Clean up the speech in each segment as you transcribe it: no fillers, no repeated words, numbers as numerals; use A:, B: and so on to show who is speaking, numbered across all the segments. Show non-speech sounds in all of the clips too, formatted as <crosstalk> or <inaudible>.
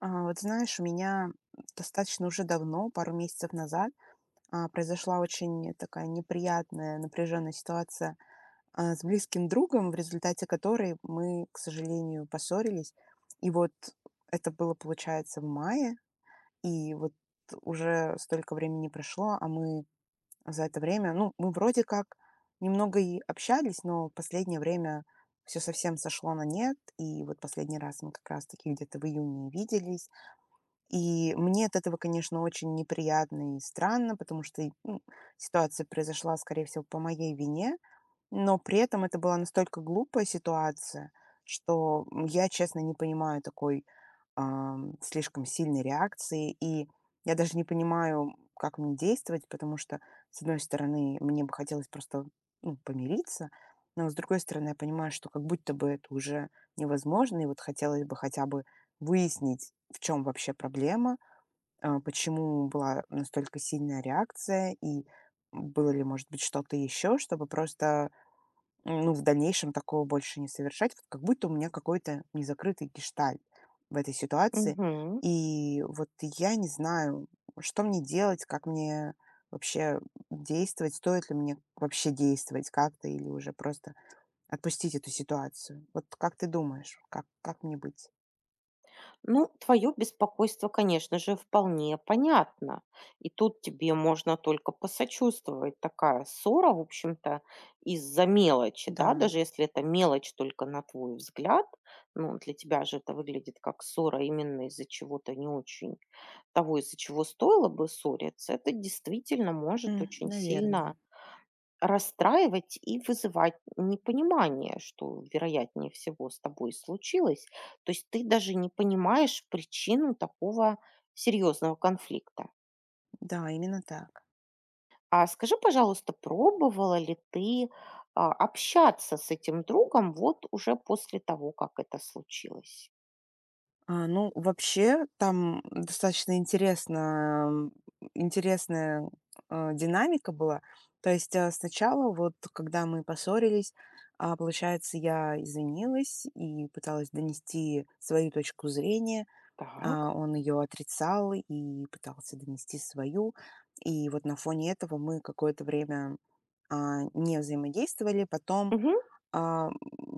A: Вот знаешь, у меня достаточно уже давно, пару месяцев назад, произошла очень такая неприятная, напряженная ситуация с близким другом, в результате которой мы, к сожалению, поссорились. И вот это было, получается, в мае, и вот уже столько времени прошло, а мы за это время, ну, мы вроде как немного и общались, но последнее время все совсем сошло на нет, и вот последний раз мы как раз-таки где-то в июне виделись, и мне от этого, конечно, очень неприятно и странно, потому что, ну, ситуация произошла, скорее всего, по моей вине. Но при этом это была настолько глупая ситуация, что, я, честно, не понимаю такой, слишком сильной реакции. И я даже не понимаю, как мне действовать, потому что, с одной стороны, мне бы хотелось просто, ну, помириться, но, с другой стороны, я понимаю, что как будто бы это уже невозможно. И вот хотелось бы хотя бы выяснить, в чем вообще проблема, почему была настолько сильная реакция и было ли, может быть, что-то еще, чтобы просто ну, в дальнейшем такого больше не совершать. Вот как будто у меня какой-то незакрытый гештальт в этой ситуации.
B: Мгм.
A: И вот я не знаю, что мне делать, как мне вообще действовать, стоит ли мне вообще действовать как-то или уже просто отпустить эту ситуацию. Вот как ты думаешь, как мне быть?
B: Ну, твое беспокойство, конечно же, вполне понятно. И тут тебе можно только посочувствовать. Такая ссора, в общем-то, из-за мелочи, да,
A: Да,
B: даже если это мелочь только на твой взгляд, ну, для тебя же это выглядит как ссора именно из-за чего-то не очень того, из-за чего стоило бы ссориться, это действительно может очень
A: наверное.
B: сильно расстраивать и вызывать непонимание, что, вероятнее всего, с тобой случилось. То есть ты даже не понимаешь причину такого серьезного конфликта.
A: Да, именно так.
B: А скажи, пожалуйста, пробовала ли ты общаться с этим другом вот уже после того, как это случилось?
A: Ну, вообще, там достаточно интересная, динамика была. То есть, сначала, вот когда мы поссорились, получается, я извинилась и пыталась донести свою точку зрения.
B: Так.
A: Он ее отрицал и пытался донести свою. И вот на фоне этого мы какое-то время, не взаимодействовали. Потом
B: Мгм.
A: а,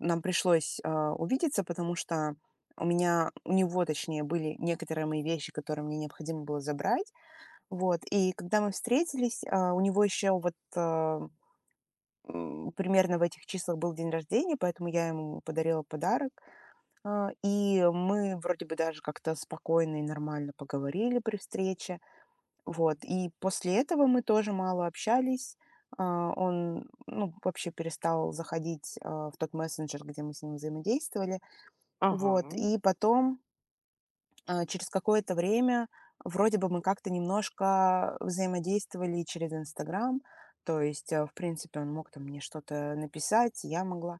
A: нам пришлось, увидеться, потому что у меня у него, точнее, были некоторые мои вещи, которые мне необходимо было забрать. Вот, и когда мы встретились, у него еще вот, примерно в этих числах был день рождения, поэтому я ему подарила подарок. И мы вроде бы даже как-то спокойно и нормально поговорили при встрече. Вот, и после этого мы тоже мало общались. Он, ну, вообще перестал заходить, в тот мессенджер, где мы с ним взаимодействовали.
B: Ага.
A: Вот, и потом, через какое-то время вроде бы мы как-то немножко взаимодействовали через "Инстаграм". То есть, в принципе, он мог там мне что-то написать, я могла.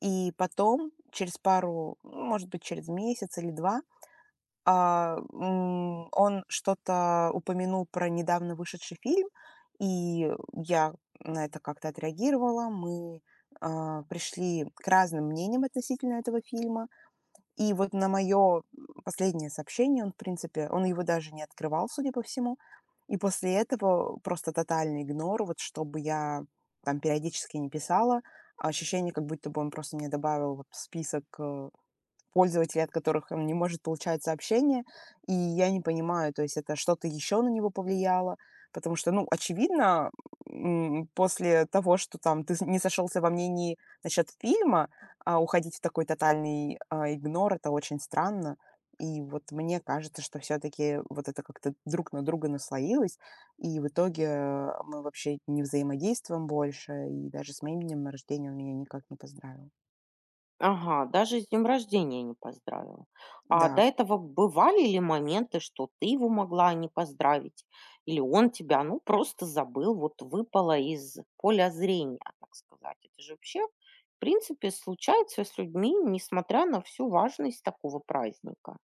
A: И потом, через пару, ну, может быть, через месяц или 2. Он что-то упомянул про недавно вышедший фильм, и я на это как-то отреагировала. Мы, пришли к разным мнениям относительно этого фильма. И вот на мое последнее сообщение он, в принципе, он его даже не открывал, судя по всему. И после этого просто тотальный игнор. Вот чтобы я там периодически не писала, а ощущение, как будто бы он просто мне добавил вот в список, пользователей, от которых он не может получать сообщения. И я не понимаю, то есть это что-то еще на него повлияло, потому что, ну, очевидно, после того, что там ты не сошелся во мнении насчет фильма, а уходить в такой тотальный игнор, это очень странно. И вот мне кажется, что все-таки вот это как-то друг на друга наслоилось, и в итоге мы вообще не взаимодействуем больше, и даже с моим днем рождения он меня никак не поздравил.
B: Ага, даже с днем рождения не поздравила. А
A: Да.
B: до этого бывали ли моменты, что ты его могла не поздравить, или он тебя, ну, просто забыл, вот выпало из поля зрения, так сказать. Это же вообще, в принципе, случается с людьми, несмотря на всю важность такого праздника.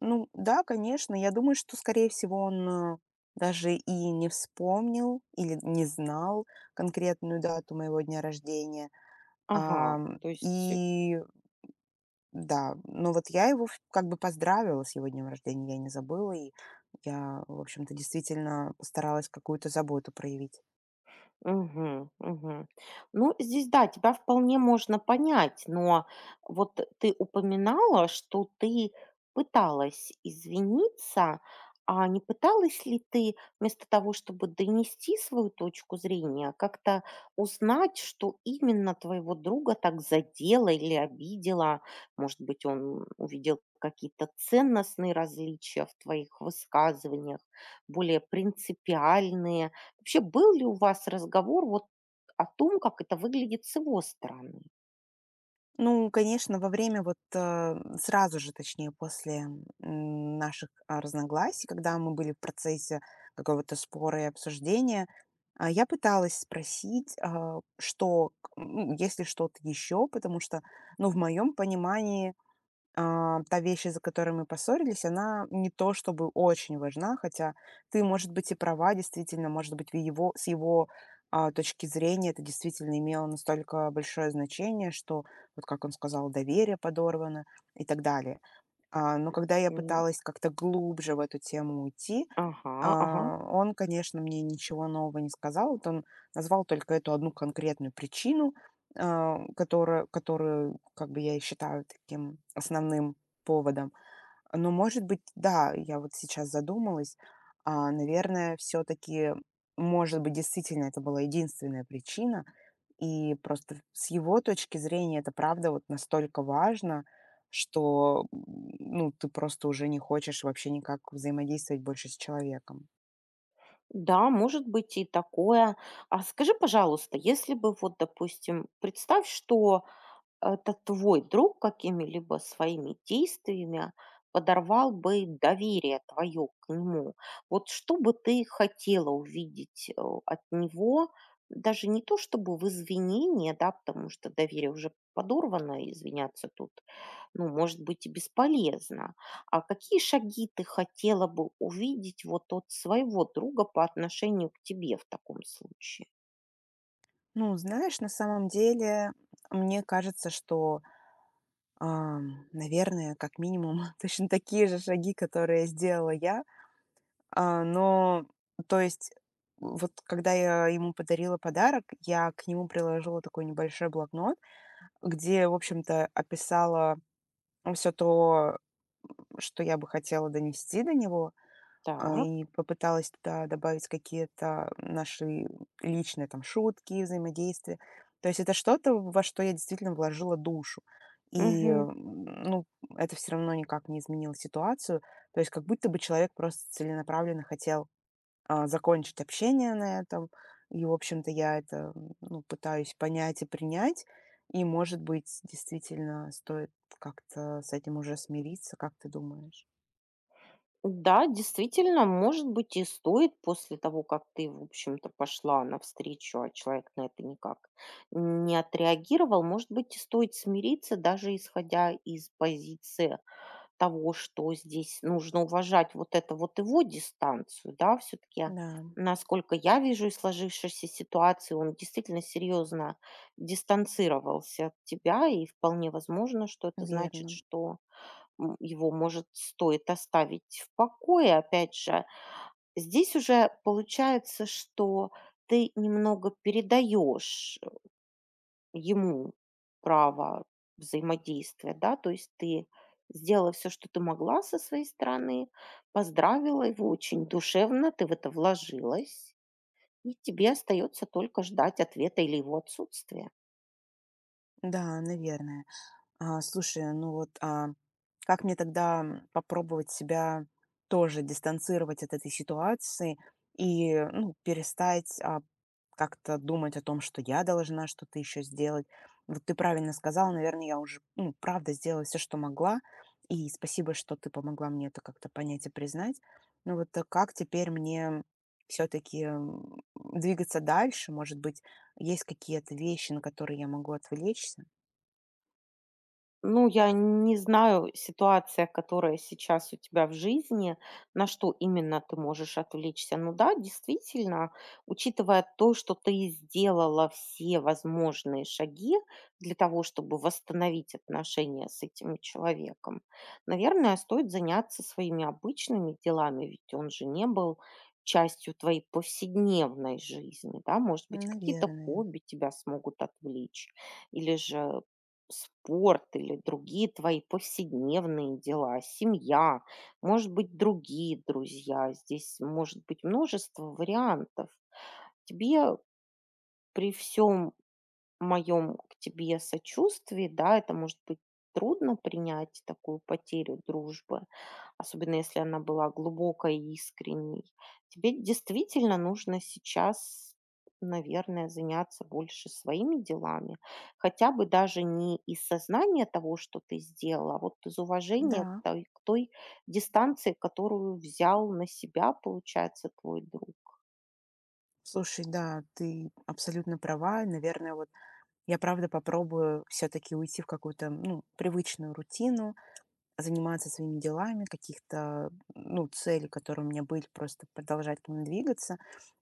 A: Ну да, конечно. Я думаю, что, скорее всего, он даже и не вспомнил или не знал конкретную дату моего дня рождения.
B: Ага, то есть.
A: И да, но вот я его как бы поздравила с его днем рождения, я не забыла, и я, в общем-то, действительно постаралась какую-то заботу проявить.
B: Мгм, мгм. Ну, здесь, да, тебя вполне можно понять, но вот ты упоминала, что ты пыталась извиниться, а не пыталась ли ты вместо того, чтобы донести свою точку зрения, как-то узнать, что именно твоего друга так задело или обидело? Может быть, он увидел какие-то ценностные различия в твоих высказываниях, более принципиальные. Вообще, был ли у вас разговор вот о том, как это выглядит с его стороны?
A: Ну, конечно, во время вот, сразу же, точнее, после, наших, разногласий, когда мы были в процессе какого-то спора и обсуждения, я пыталась спросить, что, к ну, есть что-то еще, потому что, ну, в моем понимании, та вещь, из-за которой мы поссорились, она не то чтобы очень важна, хотя ты, может быть, и права, действительно, может быть, в его, с его точки зрения это действительно имело настолько большое значение, что, вот как он сказал, доверие подорвано и так далее. Но когда я
B: М,
A: пыталась как-то глубже в эту тему уйти,
B: Ага, ага.
A: он, конечно, мне ничего нового не сказал. Вот он назвал только эту одну конкретную причину, которая которую, как бы, я и считаю таким основным поводом. Но, может быть, да, я вот сейчас задумалась, наверное, все таки может быть, действительно это была единственная причина. И просто с его точки зрения это правда вот настолько важно, что, ну, ты просто уже не хочешь вообще никак взаимодействовать больше с человеком.
B: Да, может быть и такое. А скажи, пожалуйста, если бы вот, допустим, представь, что это твой друг какими-либо своими действиями подорвал бы доверие твое к нему. Вот что бы ты хотела увидеть от него, даже не то чтобы в извинении, да, потому что доверие уже подорвано, и извиняться тут, ну, может быть, и бесполезно. А какие шаги ты хотела бы увидеть вот от своего друга по отношению к тебе в таком случае?
A: Ну, знаешь, на самом деле, мне кажется, что, наверное, как минимум, <laughs> точно такие же шаги, которые сделала я. Но, то есть, вот когда я ему подарила подарок, я к нему приложила такой небольшой блокнот, где, в общем-то, описала все то, что я бы хотела донести до него.
B: Так.
A: И попыталась туда добавить какие-то наши личные там шутки, взаимодействия. То есть это что-то, во что я действительно вложила душу. И, ну, это все равно никак не изменило ситуацию. То есть как будто бы человек просто целенаправленно хотел закончить общение на этом. И, в общем-то, я это ну, пытаюсь понять и принять. И, может быть, действительно стоит как-то с этим уже смириться, как ты думаешь?
B: Да, действительно, может быть, и стоит после того, как ты, в общем-то, пошла навстречу, а человек на это никак не отреагировал, может быть, и стоит смириться, даже исходя из позиции того, что здесь нужно уважать вот это вот его дистанцию, да, все-таки,
A: Да,
B: насколько я вижу из сложившейся ситуации, он действительно серьезно дистанцировался от тебя, и вполне возможно, что это значит,
A: верно.
B: что его, может, стоит оставить в покое, опять же. Здесь уже получается, что ты немного передаешь ему право взаимодействия, да, то есть ты сделала все, что ты могла со своей стороны, поздравила его очень душевно, ты в это вложилась, и тебе остается только ждать ответа или его отсутствия.
A: Да, наверное. Слушай, ну вот, как мне тогда попробовать себя тоже дистанцировать от этой ситуации и, ну, перестать как-то думать о том, что я должна что-то еще сделать? Вот ты правильно сказала, наверное, я уже, ну, правда сделала все, что могла, и спасибо, что ты помогла мне это как-то понять и признать. Ну вот а как теперь мне все-таки двигаться дальше? Может быть, есть какие-то вещи, на которые я могу отвлечься?
B: Ну, я не знаю, ситуация, которая сейчас у тебя в жизни, на что именно ты можешь отвлечься. Ну да, действительно, учитывая то, что ты сделала все возможные шаги для того, чтобы восстановить отношения с этим человеком, наверное, стоит заняться своими обычными делами, ведь он же не был частью твоей повседневной жизни, да, может быть, какие-то
A: Наверное.
B: хобби тебя смогут отвлечь, или же спорт или другие твои повседневные дела, семья, может быть, другие друзья. Здесь может быть множество вариантов. Тебе, при всем моем к тебе сочувствии, да, это может быть трудно принять такую потерю дружбы, особенно если она была глубокой и искренней. Тебе действительно нужно сейчас, наверное, заняться больше своими делами, хотя бы даже не из сознания того, что ты сделала, а вот из уважения
A: Да.
B: к той дистанции, которую взял на себя, получается, твой друг.
A: Слушай, да, ты абсолютно права. И, наверное, вот я правда попробую все-таки уйти в какую-то, ну, привычную рутину, заниматься своими делами, каких-то, ну, целей, которые у меня были, просто продолжать к ним двигаться.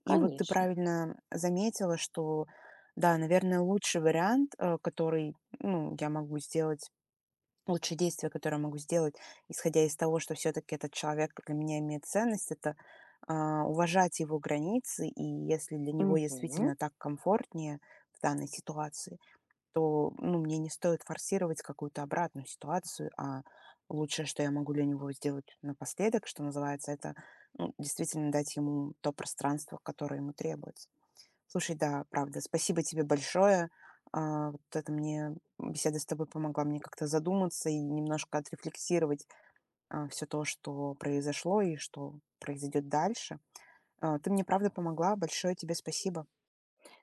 A: И вот ты
B: Конечно.
A: правильно заметила, что, да, наверное, лучший вариант, который, ну, я могу сделать, лучшее действие, которое я могу сделать, исходя из того, что все-таки этот человек для меня имеет ценность, это уважать его границы, и если для него
B: Мгм.
A: действительно так комфортнее в данной ситуации, то ну, мне не стоит форсировать какую-то обратную ситуацию, а лучшее, что я могу для него сделать напоследок, что называется, это ну, действительно дать ему то пространство, которое ему требуется. Слушай, да, правда, спасибо тебе большое. Вот это мне беседа с тобой помогла мне как-то задуматься и немножко отрефлексировать все то, что произошло и что произойдет дальше. Ты мне правда помогла. Большое тебе спасибо.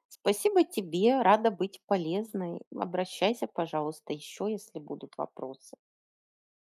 B: Спасибо тебе, рада быть полезной. Обращайся, пожалуйста, еще, если будут вопросы.